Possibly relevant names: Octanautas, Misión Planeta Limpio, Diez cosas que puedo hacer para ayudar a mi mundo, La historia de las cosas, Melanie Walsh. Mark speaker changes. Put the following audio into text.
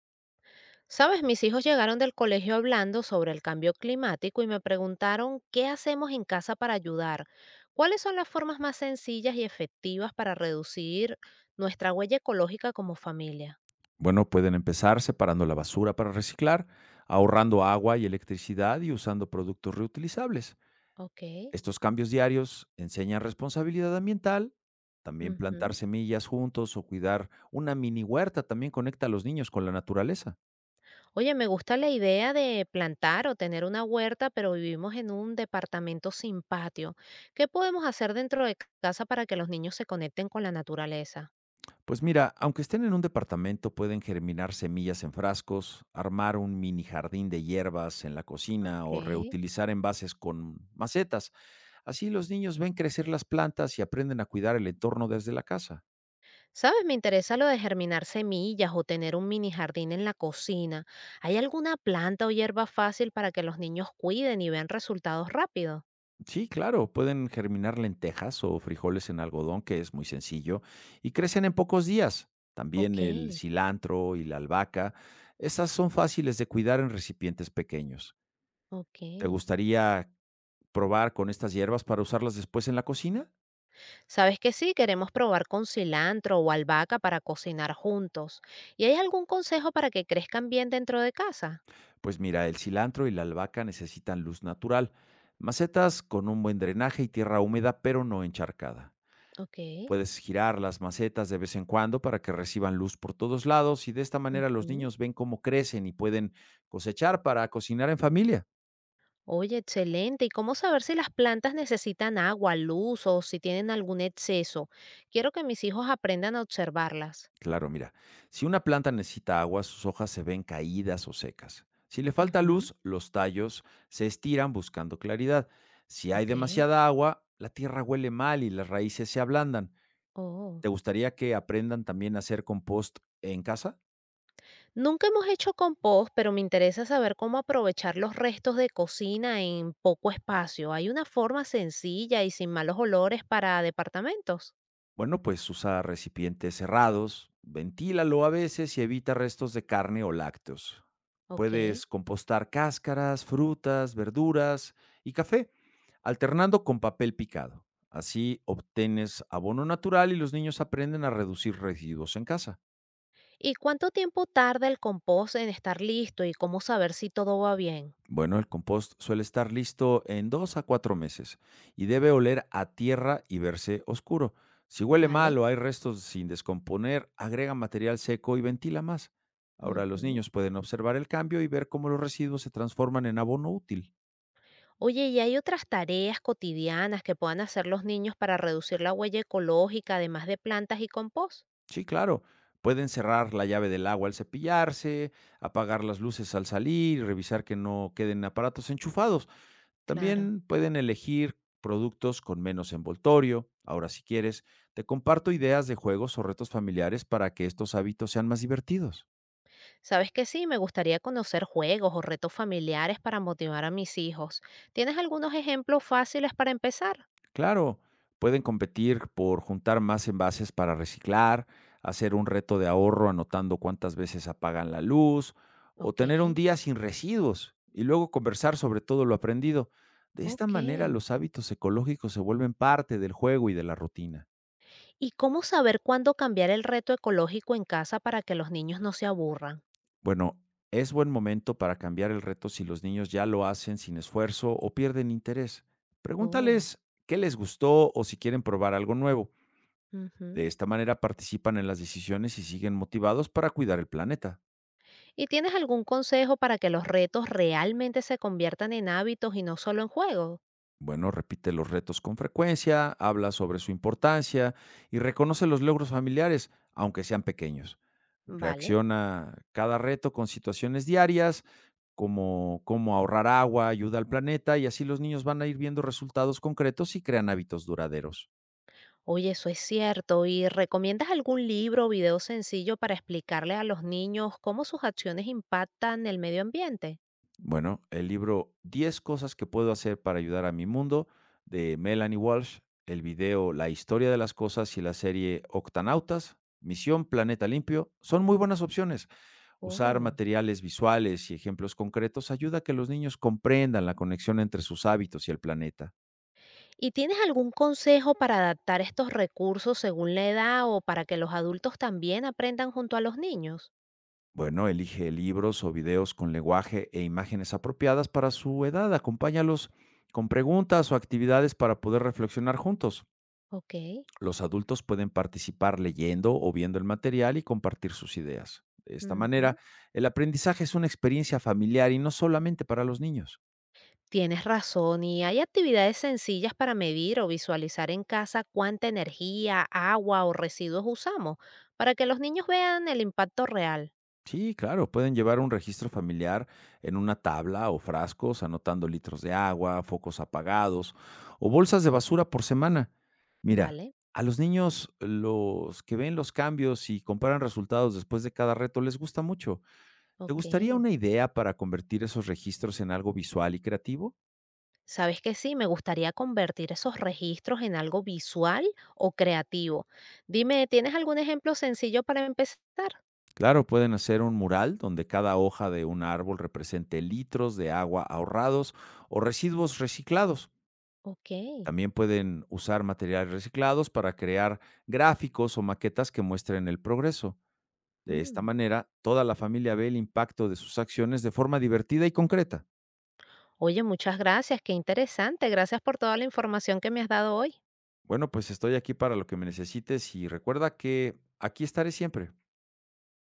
Speaker 1: Sabes, mis hijos llegaron del colegio hablando sobre el cambio climático y me preguntaron qué hacemos en casa para ayudar, cuáles son las formas más sencillas y efectivas para reducir nuestra huella ecológica como familia.
Speaker 2: Bueno, pueden empezar separando la basura para reciclar, ahorrando agua y electricidad y usando productos reutilizables.
Speaker 1: Ok.
Speaker 2: Estos cambios diarios enseñan responsabilidad ambiental, también plantar
Speaker 1: Ujú.
Speaker 2: semillas juntos o cuidar una mini huerta también conecta a los niños con la naturaleza.
Speaker 1: Oye, me gusta la idea de plantar o tener una huerta, pero vivimos en un departamento sin patio. ¿Qué podemos hacer dentro de casa para que los niños se conecten con la naturaleza?
Speaker 2: Pues mira, aunque estén en un departamento, pueden germinar semillas en frascos, armar un mini jardín de hierbas en la cocina
Speaker 1: Ok.
Speaker 2: o reutilizar envases con macetas. Así los niños ven crecer las plantas y aprenden a cuidar el entorno desde la casa.
Speaker 1: ¿Sabes? Me interesa lo de germinar semillas o tener un mini jardín en la cocina. ¿Hay alguna planta o hierba fácil para que los niños cuiden y vean resultados rápidos?
Speaker 2: Sí, claro, pueden germinar lentejas o frijoles en algodón, que es muy sencillo, y crecen en pocos días.
Speaker 1: Ok,
Speaker 2: También el cilantro y la albahaca, esas son fáciles de cuidar en recipientes pequeños.
Speaker 1: ok.
Speaker 2: ¿Te gustaría probar con estas hierbas para usarlas después en la cocina?
Speaker 1: ¿Sabes que sí? Queremos probar con cilantro o albahaca para cocinar juntos. ¿Y hay algún consejo para que crezcan bien dentro de casa?
Speaker 2: Pues mira, el cilantro y la albahaca necesitan luz natural, macetas con un buen drenaje y tierra húmeda, pero no encharcada.
Speaker 1: Ok.
Speaker 2: Puedes girar las macetas de vez en cuando para que reciban luz por todos lados y de esta manera los
Speaker 1: Ujú.
Speaker 2: niños ven cómo crecen y pueden cosechar para cocinar en familia.
Speaker 1: Oye, excelente. ¿Y cómo saber si las plantas necesitan agua, luz o si tienen algún exceso? Quiero que mis hijos aprendan a observarlas.
Speaker 2: Claro, mira, si una planta necesita agua, sus hojas se ven caídas o secas. Si le falta
Speaker 1: Ujú.
Speaker 2: luz, los tallos se estiran buscando claridad. Si hay
Speaker 1: Ok.
Speaker 2: demasiada agua, la tierra huele mal y las raíces se ablandan.
Speaker 1: Oh.
Speaker 2: ¿Te gustaría que aprendan también a hacer compost en casa?
Speaker 1: Nunca hemos hecho compost, pero me interesa saber cómo aprovechar los restos de cocina en poco espacio. Hay una forma sencilla y sin malos olores para departamentos.
Speaker 2: Bueno, pues usa recipientes cerrados, ventílalo a veces y evita restos de carne o lácteos.
Speaker 1: Ok.
Speaker 2: Puedes compostar cáscaras, frutas, verduras y café, alternando con papel picado. Así obtienes abono natural y los niños aprenden a reducir residuos en casa.
Speaker 1: ¿Y cuánto tiempo tarda el compost en estar listo y cómo saber si todo va bien?
Speaker 2: Bueno, el compost suele estar listo en 2 a 4 meses y debe oler a tierra y verse oscuro. Si huele
Speaker 1: Vale.
Speaker 2: mal o hay restos sin descomponer, agrega material seco y ventila más. Ahora los
Speaker 1: Ujú.
Speaker 2: niños pueden observar el cambio y ver cómo los residuos se transforman en abono útil.
Speaker 1: Oye, ¿y hay otras tareas cotidianas que puedan hacer los niños para reducir la huella ecológica, además de plantas y compost?
Speaker 2: Sí, claro. Pueden cerrar la llave del agua al cepillarse, apagar las luces al salir y revisar que no queden aparatos enchufados.
Speaker 1: Claro.
Speaker 2: También pueden elegir productos con menos envoltorio. Ahora, si quieres, te comparto ideas de juegos o retos familiares para que estos hábitos sean más divertidos.
Speaker 1: Sabes que sí, me gustaría conocer juegos o retos familiares para motivar a mis hijos. ¿Tienes algunos ejemplos fáciles para empezar?
Speaker 2: Claro, pueden competir por juntar más envases para reciclar, hacer un reto de ahorro anotando cuántas veces apagan la luz o
Speaker 1: Ok,
Speaker 2: tener un día sin residuos y luego conversar sobre todo lo aprendido. De esta
Speaker 1: ok.
Speaker 2: manera los hábitos ecológicos se vuelven parte del juego y de la rutina.
Speaker 1: ¿Y cómo saber cuándo cambiar el reto ecológico en casa para que los niños no se aburran?
Speaker 2: Bueno, es buen momento para cambiar el reto si los niños ya lo hacen sin esfuerzo o pierden interés.
Speaker 1: Oh,
Speaker 2: Pregúntales qué les gustó o si quieren probar algo nuevo. De
Speaker 1: ujú.
Speaker 2: esta manera participan en las decisiones y siguen motivados para cuidar el planeta.
Speaker 1: ¿Y tienes algún consejo para que los retos realmente se conviertan en hábitos y no solo en juegos?
Speaker 2: Bueno, repite los retos con frecuencia, habla sobre su importancia y reconoce los logros familiares, aunque sean pequeños.
Speaker 1: Vale.
Speaker 2: Reacciona cada reto con situaciones diarias, como cómo ahorrar agua, ayuda al planeta, y así los niños van a ir viendo resultados concretos y crean hábitos duraderos.
Speaker 1: Oye, eso es cierto. ¿Y recomiendas algún libro o video sencillo para explicarle a los niños cómo sus acciones impactan el medio ambiente?
Speaker 2: Bueno, el libro 10 cosas que puedo hacer para ayudar a mi mundo de Melanie Walsh, el video La historia de las cosas y la serie Octanautas, Misión Planeta Limpio, son muy buenas opciones. Usar
Speaker 1: Oh.
Speaker 2: materiales visuales y ejemplos concretos ayuda a que los niños comprendan la conexión entre sus hábitos y el planeta.
Speaker 1: ¿Y tienes algún consejo para adaptar estos recursos según la edad o para que los adultos también aprendan junto a los niños?
Speaker 2: Bueno, elige libros o videos con lenguaje e imágenes apropiadas para su edad. Acompáñalos con preguntas o actividades para poder reflexionar juntos.
Speaker 1: Ok.
Speaker 2: Los adultos pueden participar leyendo o viendo el material y compartir sus ideas. De esta
Speaker 1: Ujú.
Speaker 2: manera, el aprendizaje es una experiencia familiar y no solamente para los niños.
Speaker 1: Tienes razón, y hay actividades sencillas para medir o visualizar en casa cuánta energía, agua o residuos usamos, para que los niños vean el impacto real.
Speaker 2: Sí, claro, pueden llevar un registro familiar en una tabla o frascos, anotando litros de agua, focos apagados o bolsas de basura por semana. Mira,
Speaker 1: Vale,
Speaker 2: a los niños los que ven los cambios y comparan resultados después de cada reto les gusta mucho. ¿Te
Speaker 1: ok.
Speaker 2: gustaría una idea para convertir esos registros en algo visual y creativo?
Speaker 1: Sabes que sí, me gustaría convertir esos registros en algo visual o creativo. Dime, ¿tienes algún ejemplo sencillo para empezar?
Speaker 2: Claro, pueden hacer un mural donde cada hoja de un árbol represente litros de agua ahorrados o residuos reciclados.
Speaker 1: Ok.
Speaker 2: También pueden usar materiales reciclados para crear gráficos o maquetas que muestren el progreso. De esta
Speaker 1: Mm.
Speaker 2: manera, toda la familia ve el impacto de sus acciones de forma divertida y concreta.
Speaker 1: Oye, muchas gracias, qué interesante. Gracias por toda la información que me has dado hoy.
Speaker 2: Bueno, pues estoy aquí para lo que me necesites y recuerda que aquí estaré siempre.